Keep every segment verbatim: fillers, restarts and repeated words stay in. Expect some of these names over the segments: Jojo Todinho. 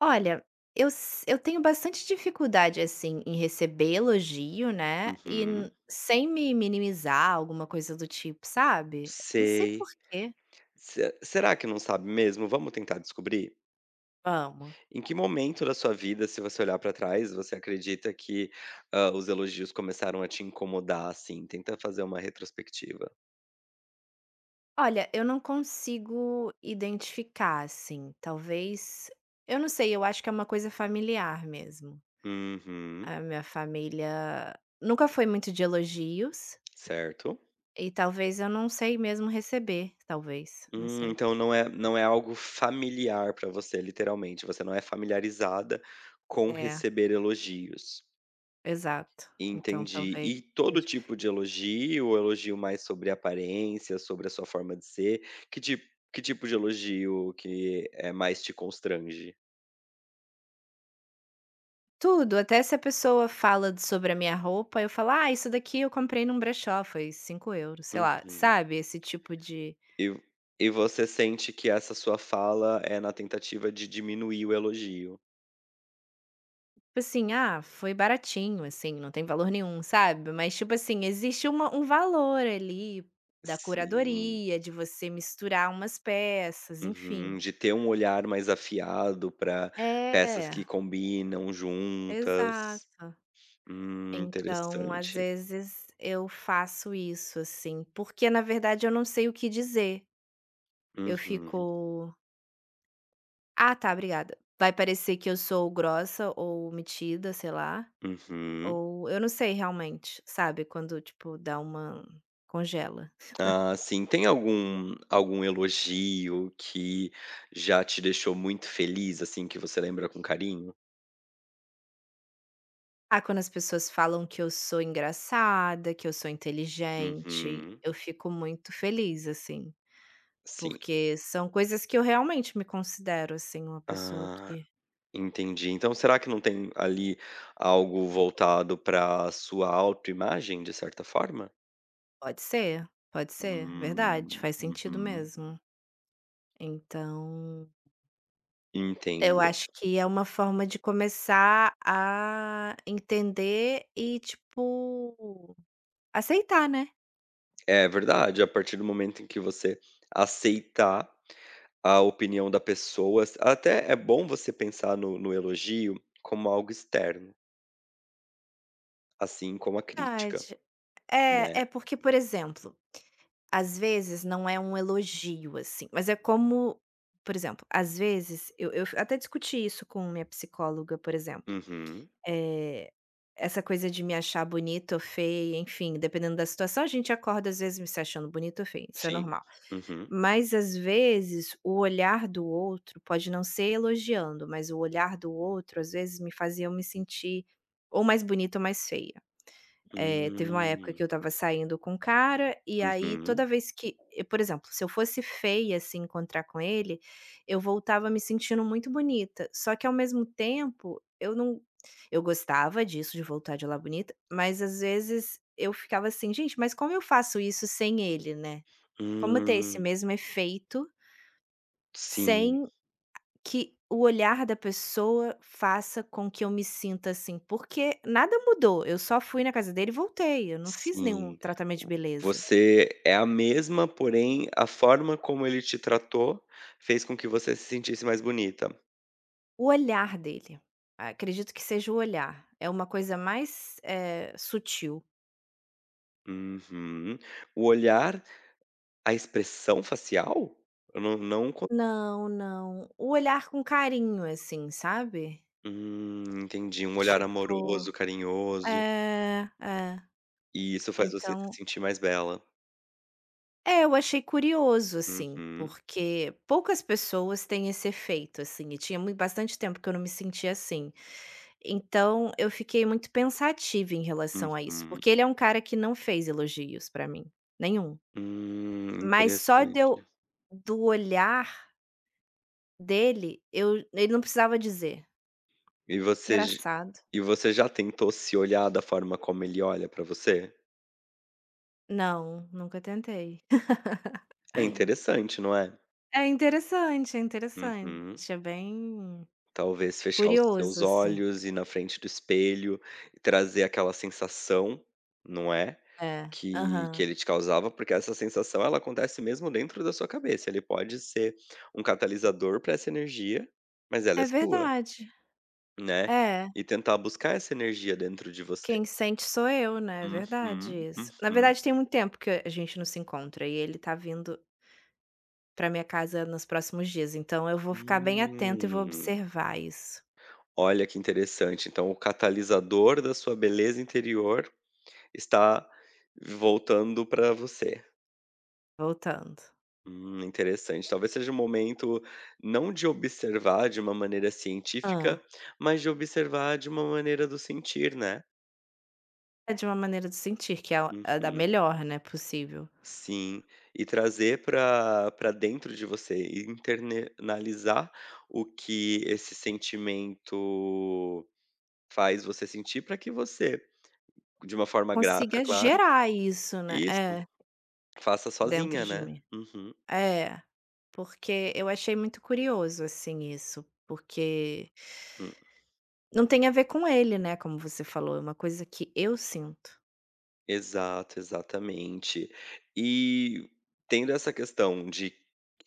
Olha, eu s eu tenho bastante dificuldade, assim, em receber elogio, né, e Uhum. n sem me minimizar, alguma coisa do tipo, sabe. Não sei por Sei. quê. Se será que não sabe mesmo? Vamos tentar descobrir? Amo. Em que momento da sua vida, se você olhar pra trás, você acredita que, hã, os elogios começaram a te incomodar, assim? Tenta fazer uma retrospectiva. Olha, eu não consigo identificar, assim, talvez eu não sei, eu acho que é uma coisa familiar mesmo. Uhum. A minha família nunca foi muito de elogios Certo. e talvez eu não sei mesmo receber, talvez, não Hum, sei. então não é não é algo familiar pra você, literalmente, você não é familiarizada com É, receber elogios. exato. Então Entendi. talvez. E todo tipo de elogio, elogio mais sobre aparência, sobre a sua forma de ser, que tipo que tipo de elogio que, é mais te constrange? Tudo, até se a pessoa fala de sobre a minha roupa, eu falo: "Ah, isso daqui eu comprei num brechó, foi cinco euros, sei lá, Uhum. sabe, esse tipo de. E e você sente que essa sua fala é na tentativa de diminuir o elogio? Tipo assim: "Ah, foi baratinho, assim, não tem valor nenhum", sabe, mas, tipo assim, existe uma um valor ali da Sim. curadoria, de você misturar umas peças, enfim. Uhum. De ter um olhar mais afiado para peças que É, combinam juntas. exato. Hum, Então, às interessante. vezes, eu faço isso, assim, porque, na verdade, eu não sei o que dizer. Eu Uhum, fico. Ah, tá, obrigada. Vai parecer que eu sou grossa ou metida, sei lá, uhum. ou eu não sei realmente, sabe, quando tipo dá uma congela. Ah, sim. Tem algum algum elogio que já te deixou muito feliz, assim, que você lembra com carinho? Ah, quando as pessoas falam que eu sou engraçada, que eu sou inteligente, Uhum. eu fico muito feliz, assim, Sim. porque são coisas que eu realmente me considero, assim, uma pessoa Ah, que. entendi. Então será que não tem ali algo voltado para sua autoimagem, de certa forma? Pode ser, pode ser, verdade, Hum. faz sentido Uhum. mesmo. Então. Eu Entendo. acho que é uma forma de começar a entender e, tipo, aceitar, né? É verdade, a partir do momento em que você aceitar a opinião da pessoa, até é bom você pensar no no elogio como algo externo. Assim como a crítica, Verdade. né. É, é porque, por exemplo, às vezes não é um elogio, assim, mas é como, por exemplo, às vezes, eu, eu até discuti isso com minha psicóloga, por exemplo. Uhum. É, essa coisa de me achar bonita ou feia, enfim, dependendo da situação, a gente acorda às vezes me se achando bonita ou feia, isso é Sim. normal. Uhum. Mas às vezes o olhar do outro pode não ser elogiando, mas o olhar do outro às vezes me fazia eu me sentir ou mais bonita ou mais feia. Eh, teve uma época que Hum. eu estava saindo com um cara, e aí Uhum. toda vez que eh, por exemplo, se eu fosse feia, se encontrar com ele, eu voltava me sentindo muito bonita, só que ao mesmo tempo eu não, eu gostava disso, de voltar de lá bonita, mas às vezes eu ficava assim: "Gente, mas como eu faço isso sem ele, né?". Como ter esse Hum. mesmo efeito, Sim, sem que o olhar da pessoa faça com que eu me sinta assim, porque nada mudou, eu só fui na casa dele e voltei, eu não fiz nenhum sim. tratamento de beleza. Você é a mesma, porém a forma como ele te tratou fez com que você se sentisse mais bonita. O olhar dele, acredito que seja o olhar, é uma coisa mais, eh, sutil. Uhum. O olhar, a expressão facial? Eu não não co Não, não, o olhar com carinho, assim, sabe? Hum, entendi. Um olhar Tipo amoroso, carinhoso, é, é, e isso faz você se então. sentir mais bela. É, eu achei curioso, assim, Uhum. porque poucas pessoas têm esse efeito, assim, e tinha muito, bastante tempo que eu não me sentia assim. Então, eu fiquei muito pensativa em relação a isso, Uhum. porque ele é um cara que não fez elogios pra mim, nenhum. Hum, Mas só interessante. deu do olhar dele, eu ele não precisava dizer. E você j Engraçado. e você já tentou se olhar da forma como ele olha pra você? Não, nunca tentei. É interessante, não é? É interessante, é Uhum. interessante, é bem Talvez fechar os curioso, seus assim. olhos, e ir na frente do espelho e trazer aquela sensação, não é, É, que que aham. ele te causava, porque essa sensação ela acontece mesmo dentro da sua cabeça, ele pode ser um catalisador para essa energia, mas ela é É sua, verdade. né, É, e tentar buscar essa energia dentro de você. quem sente sou eu, né, é verdade Uhum, isso. Na uhum. verdade tem muito tempo que a gente não se encontra e ele tá vindo pra minha casa nos próximos dias, então eu vou ficar bem atenta e vou Hum, observar isso. olha que interessante. Então, o catalisador da sua beleza interior está voltando para você. Voltando. Hum, interessante. Talvez seja um momento não de observar de uma maneira científica, Hã. mas de observar de uma maneira do sentir, né? É de uma maneira de sentir que é o é da Uhum. melhor, né, possível. Sim, e trazer para para dentro de você, e internalizar o que esse sentimento faz você sentir para que você de uma forma grata, Consiga claro. gerar isso, né Isso, é, faça dentro sozinha, de né. mim. Uhum, É, porque eu achei muito curioso, assim, isso, porque hum. não tem a ver com ele, né, como você falou, é uma coisa que eu sinto. Exato, exatamente. E tendo essa questão de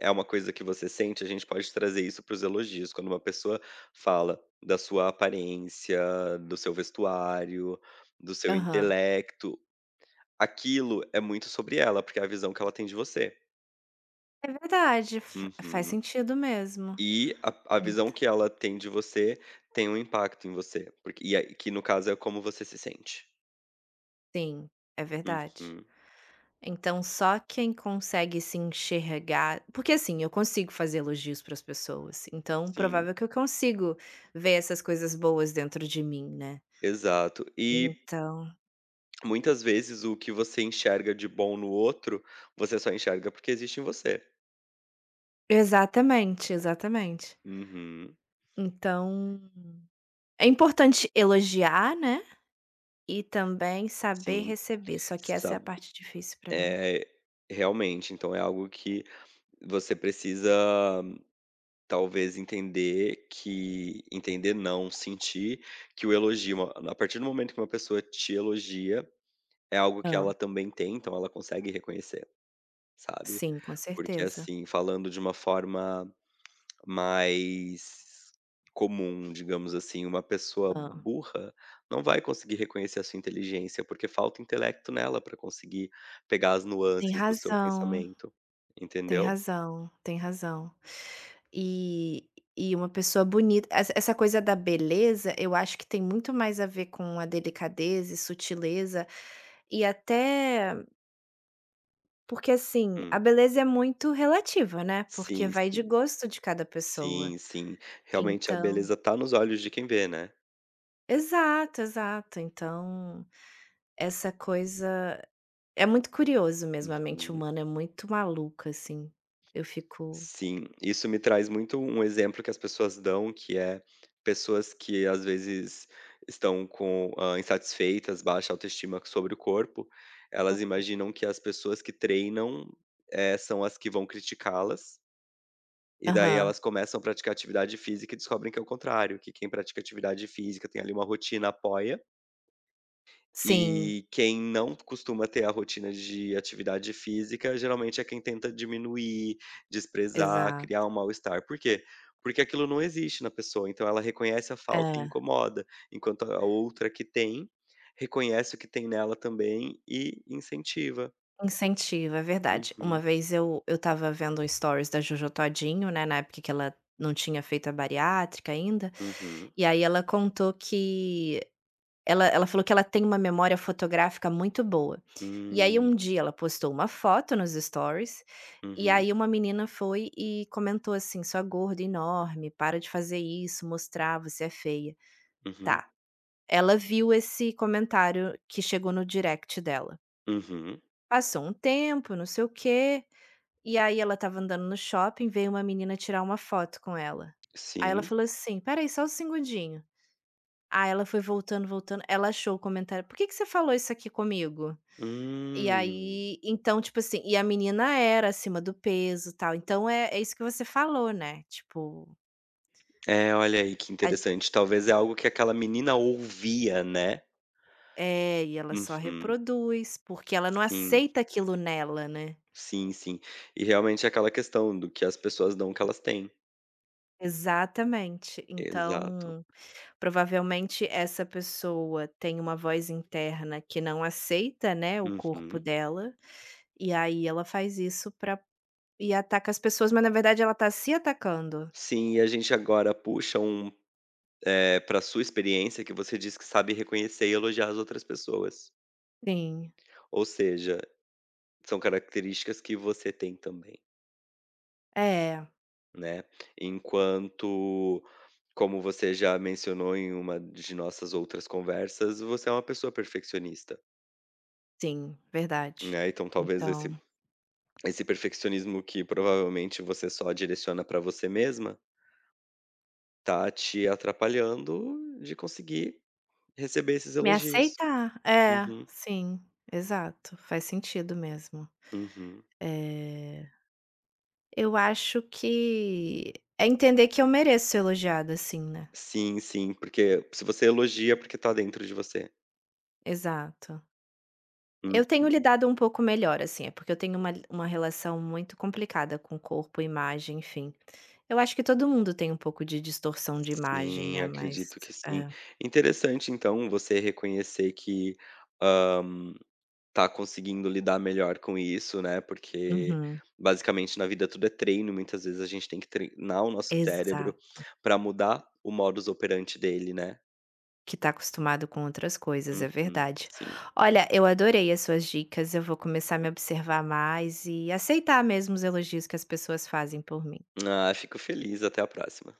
é uma coisa que você sente, a gente pode trazer isso para os elogios, quando uma pessoa fala da sua aparência, do seu vestuário, do seu Aham. intelecto, aquilo é muito sobre ela, porque é a visão que ela tem de você. É verdade, fa faz Uhum. sentido mesmo. E a a Ent visão que ela tem de você tem um impacto em você, porque e aí que no caso é como você se sente. Sim, é verdade. Uhum, Então só quem consegue se enxergar porque, assim, eu consigo fazer elogios para as pessoas, então sim, provável que eu consigo ver essas coisas boas dentro de mim, né. exato. E Então. muitas vezes o que você enxerga de bom no outro, você só enxerga porque existe em você. Exatamente, exatamente. Uhum, Então, é importante elogiar, né, e também saber sim, receber, só que essa é a sabe, parte difícil para mim. eh, realmente, então é algo que você precisa talvez entender que entender não, sentir que o elogio a partir do momento que uma pessoa te elogia é algo que Ah. ela também tem, então ela consegue reconhecer, sabe. Sim, com Porque, certeza. assim, falando de uma forma mais comum, digamos assim, uma pessoa Ah. burra não vai conseguir reconhecer a sua inteligência, porque falta intelecto nela para conseguir pegar as Tem nuances do seu razão, pensamento, tem entendeu? razão, tem razão. E e uma pessoa bonita essa essa coisa da beleza, eu acho que tem muito mais a ver com a delicadeza e sutileza, e até porque, assim, a Hum. beleza é muito relativa, né, porque Sim, vai de sim. gosto de cada pessoa. Sim, sim. Realmente a Então. beleza tá nos olhos de quem vê, né. Exato, exato. Então, essa coisa é muito curioso mesmo, a mente Uhum. humana é muito maluca, assim. Eu fico. Sim, isso me traz muito um exemplo que as pessoas dão, que é pessoas que às vezes estão com ah, insatisfeitas, baixa autoestima sobre o corpo, elas imaginam que as pessoas que treinam eh, são as que vão criticá-las, e daí Aham, elas começam a praticar atividade física e descobrem que é o contrário, que quem pratica atividade física tem ali uma rotina, apoia, sim. e quem não costuma ter a rotina de atividade física, geralmente é quem tenta diminuir, desprezar, Exato. criar um mal-estar. Por quê? Porque aquilo não existe na pessoa, então ela reconhece a falta e É, incomoda, enquanto a outra que tem, reconhece o que tem nela também e incentiva. incentiva, é verdade. Uma Uhum, vez eu eu estava vendo um stories da Jojo Todinho, né, na época que ela não tinha feito a bariátrica ainda, uhum, e aí ela contou que ela ela falou que ela tem uma memória fotográfica muito boa. E aí hum, um dia ela postou uma foto nos stories, e uhum, aí uma menina foi e comentou assim: "Sua gorda enorme, para de fazer isso, mostrar, você é feia". uhum, Tá, ela viu esse comentário que chegou no direct dela. uhum, Passou um tempo, não sei o quê, e aí ela estava andando no shopping, veio uma menina tirar uma foto com ela. Aí ela sim. falou assim: "Espera só um segundinho". Aí ela foi voltando, voltando, ela achou o comentário: "Por que que você falou isso aqui comigo?". E Hum. aí então, tipo assim, e a menina era acima do peso, tal, então é é isso que você falou, né, tipo, É, olha aí que a interessante. Talvez é algo que aquela menina ouvia, né? é, e ela só Uhum. reproduz, porque ela não Sim, aceita aquilo nela, né. sim, sim. E realmente é aquela questão do que as pessoas dão o que elas têm. Exatamente. Exato. Então. Provavelmente essa pessoa tem uma voz interna que não aceita, né, o corpo Uhum. dela, e aí ela faz isso para. E ataca as pessoas, mas na verdade ela tá se atacando. Sim, e a gente agora puxa um, eh, pra sua experiência que você diz que sabe reconhecer e elogiar as outras pessoas. Sim. Ou seja, são características que você tem também, É, né. Enquanto, como você já mencionou em uma de nossas outras conversas, você é uma pessoa perfeccionista, sim, verdade. né, então talvez Então, esse esse perfeccionismo que provavelmente você só direciona pra você mesma, tá te atrapalhando de conseguir receber esses me elogios. aceitar. É, Uhum, sim, exato, faz sentido mesmo. uhum. Eh, eu acho que é entender que eu mereço ser elogiada, assim, né. Sim, sim, porque se você elogia, é porque tá dentro de você. Exato. Uhum. Eu tenho lidado um pouco melhor, assim, é porque eu tenho uma uma relação muito complicada com corpo, imagem, enfim. Eu acho que todo mundo tem um pouco de distorção de imagem, Sim, né, mas acredito que sim. é. Interessante então você reconhecer que, tá conseguindo lidar melhor com isso, né, porque Uhum. basicamente na vida tudo é treino, muitas vezes a gente tem que treinar o nosso cérebro Exato. para mudar o modus operandi dele, né. Que tá acostumado com outras coisas, é Uhum, verdade. sim. Olha, eu adorei as suas dicas, eu vou começar a me observar mais e aceitar mesmo os elogios que as pessoas fazem por mim. Ah, fico feliz, até a próxima.